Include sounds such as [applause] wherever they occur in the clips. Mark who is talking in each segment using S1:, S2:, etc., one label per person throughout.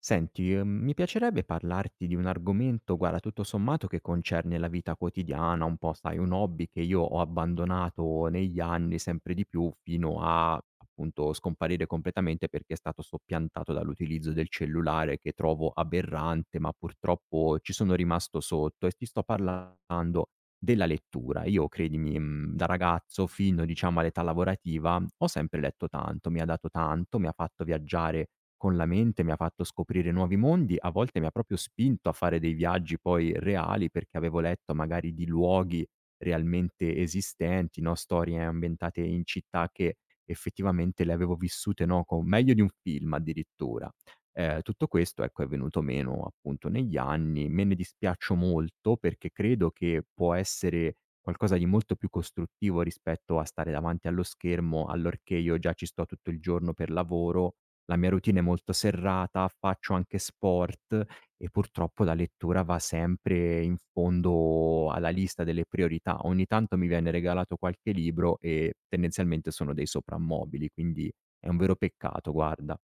S1: Senti, mi piacerebbe parlarti di un argomento, guarda, tutto sommato che concerne la vita quotidiana, un po', sai, un hobby che io ho abbandonato negli anni sempre di più fino a, appunto, scomparire completamente perché è stato soppiantato dall'utilizzo del cellulare che trovo aberrante, ma purtroppo ci sono rimasto sotto e ti sto parlando della lettura. Io credimi, da ragazzo fino diciamo all'età lavorativa ho sempre letto tanto, mi ha dato tanto, mi ha fatto viaggiare con la mente, mi ha fatto scoprire nuovi mondi, a volte mi ha proprio spinto a fare dei viaggi poi reali, perché avevo letto magari di luoghi realmente esistenti, no, storie ambientate in città che effettivamente le avevo vissute, no, co meglio di un film addirittura. Tutto questo, ecco, è venuto meno appunto negli anni. Me ne dispiaccio molto perché credo che può essere qualcosa di molto più costruttivo rispetto a stare davanti allo schermo, allorché io già ci sto tutto il giorno per lavoro, la mia routine è molto serrata, faccio anche sport e purtroppo la lettura va sempre in fondo alla lista delle priorità. Ogni tanto mi viene regalato qualche libro e tendenzialmente sono dei soprammobili, quindi è un vero peccato, guarda.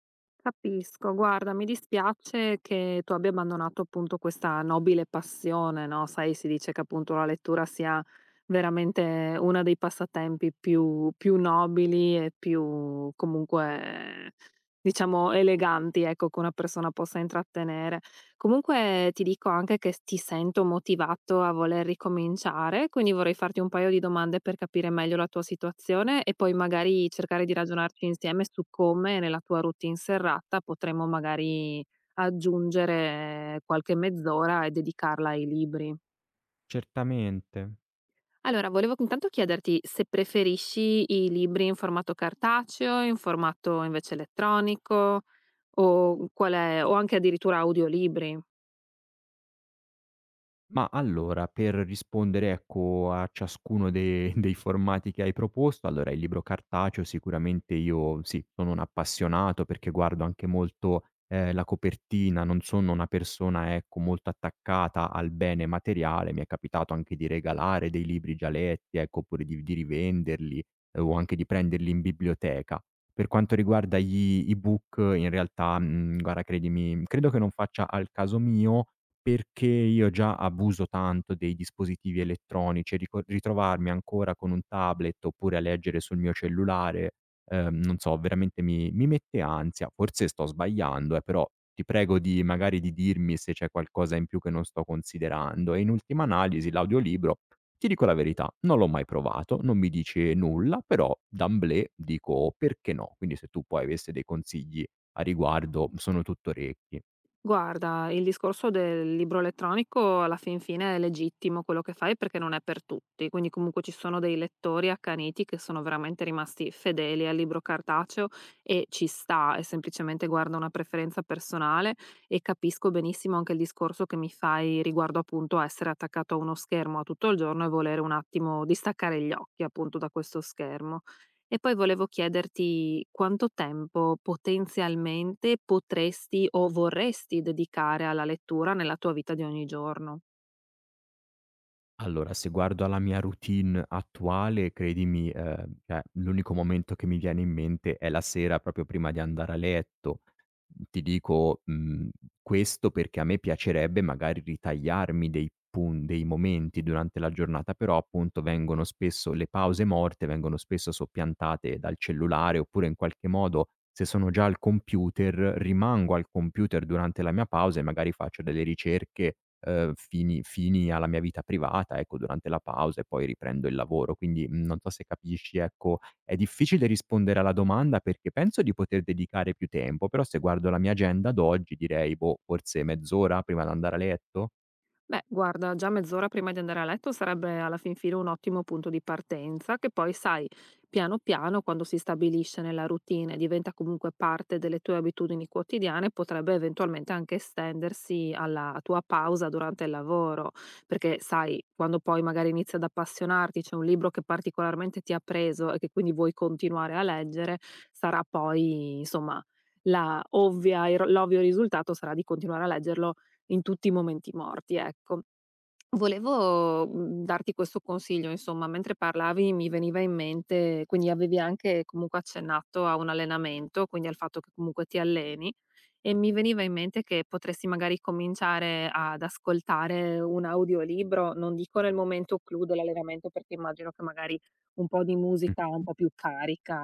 S2: Capisco, guarda, mi dispiace che tu abbia abbandonato appunto questa nobile passione, no? Sai, si dice che appunto la lettura sia veramente uno dei passatempi più nobili e più comunque, diciamo, eleganti, ecco, che una persona possa intrattenere. Comunque ti dico anche che s ti sento motivato a voler ricominciare, quindi vorrei farti un paio di domande per capire meglio la tua situazione e poi magari cercare di ragionarci insieme su come nella tua routine serrata potremmo magari aggiungere qualche mezz'ora e dedicarla ai libri.
S1: Certamente.
S2: Allora, volevo intanto chiederti se preferisci i libri in formato cartaceo, in formato invece elettronico o qual è o anche addirittura audiolibri.
S1: Ma allora, per rispondere, ecco, a ciascuno de [laughs] dei formati che hai proposto, allora il libro cartaceo sicuramente io sì, sono un appassionato perché guardo anche molto, la copertina, non sono una persona, ecco, molto attaccata al bene materiale, mi è capitato anche di regalare dei libri già letti, ecco, oppure di rivenderli o anche di prenderli in biblioteca. Per quanto riguarda gli ebook in realtà, guarda credimi, credo che non faccia al caso mio, perché io già abuso tanto dei dispositivi elettronici e rico ritrovarmi ancora con un tablet oppure a leggere sul mio cellulare, non so, veramente mi mette ansia. Forse sto sbagliando, però ti prego di magari di dirmi se c'è qualcosa in più che non sto considerando. E in ultima analisi l'audiolibro, ti dico la verità, non l'ho mai provato, non mi dice nulla, però d'emblée dico: "Oh, perché no?" Quindi se tu poi avesse dei consigli a riguardo sono tutto orecchi.
S2: Guarda, il discorso del libro elettronico alla fin fine è legittimo quello che fai perché non è per tutti, quindi comunque ci sono dei lettori accaniti che sono veramente rimasti fedeli al libro cartaceo e ci sta, è semplicemente guarda una preferenza personale e capisco benissimo anche il discorso che mi fai riguardo appunto a essere attaccato a uno schermo a tutto il giorno e volere un attimo distaccare gli occhi appunto da questo schermo. E poi volevo chiederti quanto tempo potenzialmente potresti o vorresti dedicare alla lettura nella tua vita di ogni giorno?
S1: Allora, se guardo alla mia routine attuale, credimi, cioè l'unico momento che mi viene in mente è la sera proprio prima di andare a letto, ti dico, questo perché a me piacerebbe magari ritagliarmi dei pun dei momenti durante la giornata, però appunto vengono spesso le pause morte vengono spesso soppiantate dal cellulare, oppure in qualche modo se sono già al computer, rimango al computer durante la mia pausa e magari faccio delle ricerche, fini fini alla mia vita privata, ecco, durante la pausa e poi riprendo il lavoro. Quindi, non so se capisci, ecco, è difficile rispondere alla domanda perché penso di poter dedicare più tempo, però se guardo la mia agenda ad oggi direi, boh, forse mezz'ora prima di andare a letto?
S2: Beh, guarda, già mezz'ora prima di andare a letto sarebbe alla fin fine un ottimo punto di partenza, che poi, sai, piano piano, quando si stabilisce nella routine e diventa comunque parte delle tue abitudini quotidiane, potrebbe eventualmente anche estendersi alla tua pausa durante il lavoro, perché, sai, quando poi magari inizi ad appassionarti, c'è un libro che particolarmente ti ha preso e che quindi vuoi continuare a leggere, sarà poi, insomma, l'ovvio risultato sarà di continuare a leggerlo in tutti i momenti morti, ecco. Volevo, darti questo consiglio, insomma, mentre parlavi mi veniva in mente quindi avevi anche comunque accennato a un allenamento, quindi al fatto che comunque ti alleni, e mi veniva in mente che potresti magari cominciare ad ascoltare un audiolibro, non dico nel momento clou dell'allenamento, perché immagino che magari un po' di musica
S1: Mh-mh.
S2: un po' più carica,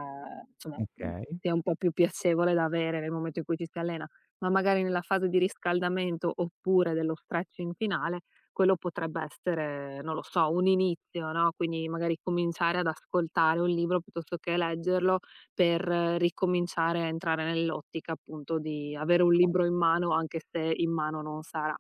S2: insomma,
S1: Okay,
S2: sia un po' più piacevole da avere nel momento in cui ci si allena, ma magari nella fase di riscaldamento oppure dello stretching finale quello potrebbe essere, non lo so, un inizio, no, quindi magari cominciare ad ascoltare un libro piuttosto che leggerlo per ricominciare a entrare nell'ottica appunto di avere un libro in mano anche se in mano non sarà.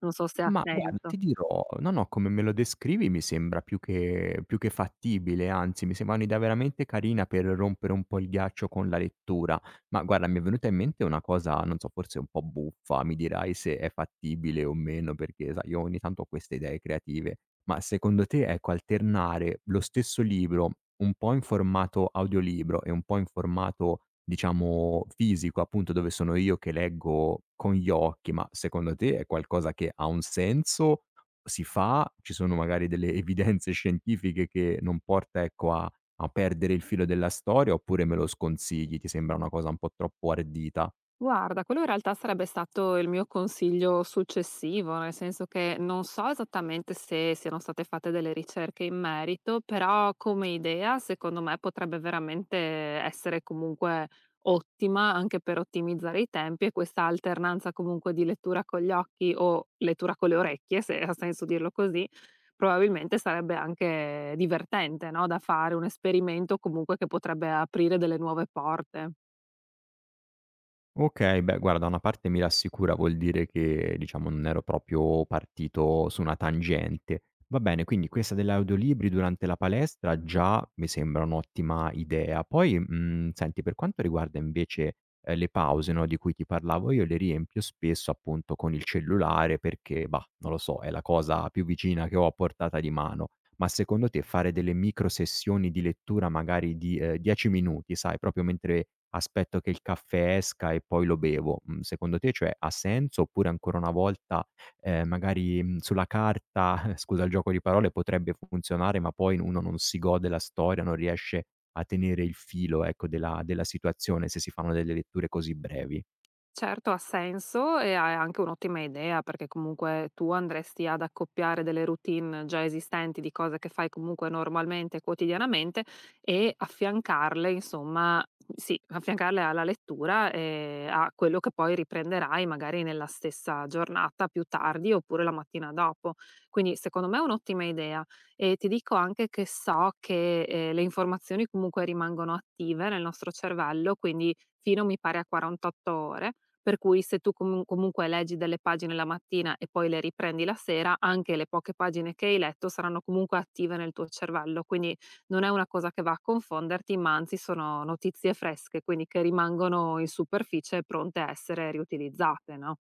S2: Non so se ha
S1: ma guarda
S2: senso.
S1: ti dirò, no, no, come me lo descrivi mi sembra più che fattibile, anzi mi sembra un'idea veramente carina per rompere un po' il ghiaccio con la lettura. Ma guarda mi è venuta in mente una cosa, non so, forse un po' buffa, mi dirai se è fattibile o meno perché sai io ogni tanto ho queste idee creative. Ma secondo te, ecco, alternare lo stesso libro, un po' in formato audiolibro e un po' in formato, diciamo, fisico, appunto dove sono io che leggo con gli occhi, ma secondo te è qualcosa che ha un senso? Si fa? Ci sono magari delle [laughs] evidenze scientifiche che non porta, ecco, a a perdere il filo della storia, oppure me lo sconsigli? Ti sembra una cosa un po' troppo ardita?
S2: Guarda, quello in realtà sarebbe stato il mio consiglio successivo, nel senso che non so esattamente se siano state fatte delle ricerche in merito, però come idea, secondo me potrebbe veramente essere comunque ottima anche per ottimizzare i tempi e questa alternanza comunque di lettura con gli occhi o lettura con le orecchie, se ha senso dirlo così, probabilmente sarebbe anche divertente, no? Da fare un esperimento comunque che potrebbe aprire delle nuove porte.
S1: Okay, beh guarda, una parte mi rassicura, vuol dire che diciamo non ero proprio partito su una tangente. Va bene, quindi questa degli audiolibri durante la palestra già mi sembra un'ottima idea. Poi, senti, per quanto riguarda invece, le pause, no, di cui ti parlavo, io le riempio spesso appunto con il cellulare perché, bah, non lo so, è la cosa più vicina che ho a portata di mano. Ma secondo te fare delle micro sessioni di lettura magari di, 10 minuti, sai, proprio mentre aspetto che il caffè esca e poi lo bevo, secondo te, cioè, ha senso? Oppure ancora una volta, magari, sulla carta, [laughs] scusa il gioco di parole, potrebbe funzionare, ma poi uno non si gode la storia, non riesce a tenere il filo, ecco, della situazione se si fanno delle letture così brevi?
S2: Certo, ha senso e ha- è anche un'ottima idea perché comunque tu andresti ad accoppiare delle routine già esistenti di cose che fai comunque normalmente, quotidianamente e affiancarle, insomma, sì, affiancarle alla lettura e a quello che poi riprenderai magari nella stessa giornata più tardi oppure la mattina dopo. Quindi secondo me è un'ottima idea e ti dico anche che so che le informazioni comunque rimangono attive nel nostro cervello, quindi fino mi pare a 48 ore per cui se tu comunque leggi delle pagine la mattina e poi le riprendi la sera, anche le poche pagine che hai letto saranno comunque attive nel tuo cervello, quindi non è una cosa che va a confonderti, ma anzi sono notizie fresche, quindi che rimangono in superficie pronte a essere riutilizzate, no?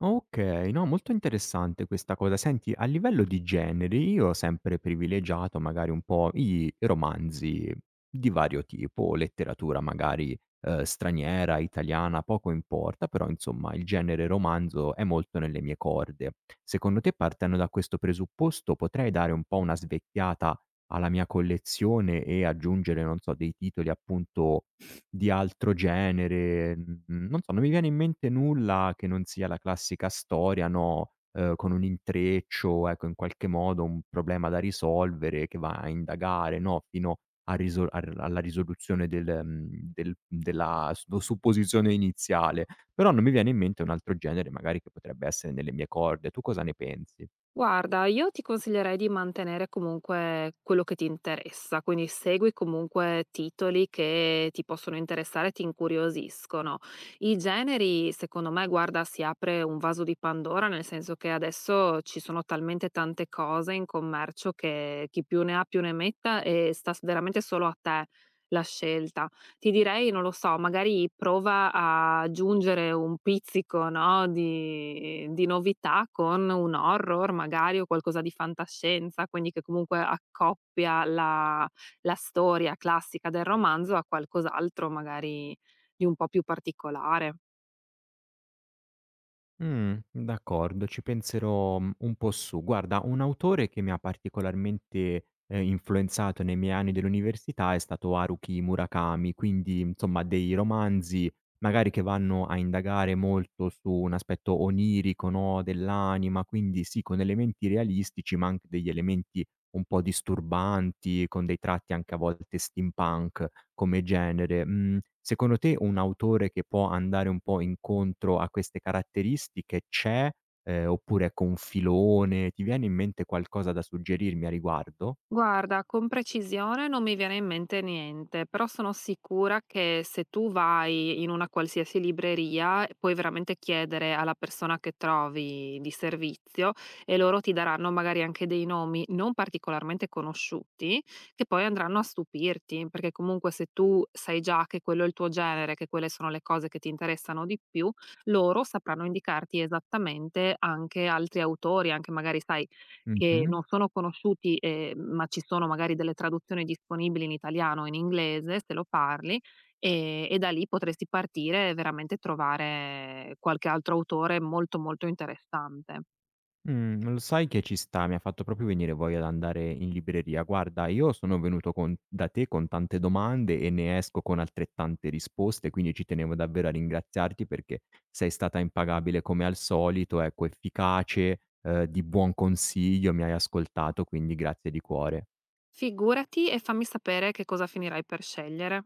S1: Okay, no, molto interessante questa cosa. Senti, a livello di generi io ho sempre privilegiato magari un po' i romanzi di vario tipo, letteratura magari, straniera, italiana, poco importa, però insomma il genere romanzo è molto nelle mie corde. Secondo te, partendo da questo presupposto, potrei dare un po' una svecchiata alla mia collezione e aggiungere, non so, dei titoli appunto di altro genere, non so, non mi viene in mente nulla che non sia la classica storia, no, con un intreccio, ecco, in qualche modo un problema da risolvere che va a indagare, no, fino a risol a r alla risoluzione del del della su supposizione iniziale. Però non mi viene in mente un altro genere magari che potrebbe essere nelle mie corde. Tu cosa ne pensi?
S2: Guarda, io ti consiglierei di mantenere comunque quello che ti interessa, quindi segui comunque titoli che ti possono interessare e ti incuriosiscono. I generi, secondo me, guarda, si apre un vaso di Pandora, nel senso che adesso ci sono talmente tante cose in commercio che chi più ne ha più ne metta e sta s- veramente solo a te la scelta. Ti direi, non lo so, magari prova a aggiungere un pizzico, no, di novità con un horror magari o qualcosa di fantascienza, quindi che comunque accoppia la storia classica del romanzo a qualcos'altro magari di un po' più particolare.
S1: D'accordo, ci penserò, un po' su. Guarda, un autore che mi ha particolarmente, influenzato nei miei anni dell'università è stato Haruki Murakami, quindi insomma dei romanzi magari che vanno a indagare molto su un aspetto onirico, no, dell'anima, quindi sì, con elementi realistici ma anche degli elementi un po' disturbanti, con dei tratti anche a volte steampunk come genere. Mhmm, secondo te un autore che può andare un po' incontro a queste caratteristiche c'è, oppure ecco un filone, ti viene in mente qualcosa da suggerirmi a riguardo?
S2: Guarda, con precisione non mi viene in mente niente, però sono sicura che se tu vai in una qualsiasi libreria puoi veramente chiedere alla persona che trovi di servizio e loro ti daranno magari anche dei nomi non particolarmente conosciuti che poi andranno a stupirti, perché comunque se tu sai già che quello è il tuo genere, che quelle sono le cose che ti interessano di più, loro sapranno indicarti esattamente anche altri autori, anche magari, sai, che
S1: Mh-mh.
S2: non sono conosciuti, ma ci sono magari delle traduzioni disponibili in italiano o in inglese, se lo parli, e da lì potresti partire e veramente trovare qualche altro autore molto, molto interessante.
S1: Mhmm, lo sai che ci sta, mi ha fatto proprio venire voglia di andare in libreria. Guarda, io sono venuto con da te con tante domande e ne esco con altrettante risposte, quindi ci tenevo davvero a ringraziarti perché sei stata impagabile come al solito, ecco, efficace, di buon consiglio, mi hai ascoltato, quindi grazie di cuore.
S2: Figurati e fammi sapere che cosa finirai per scegliere.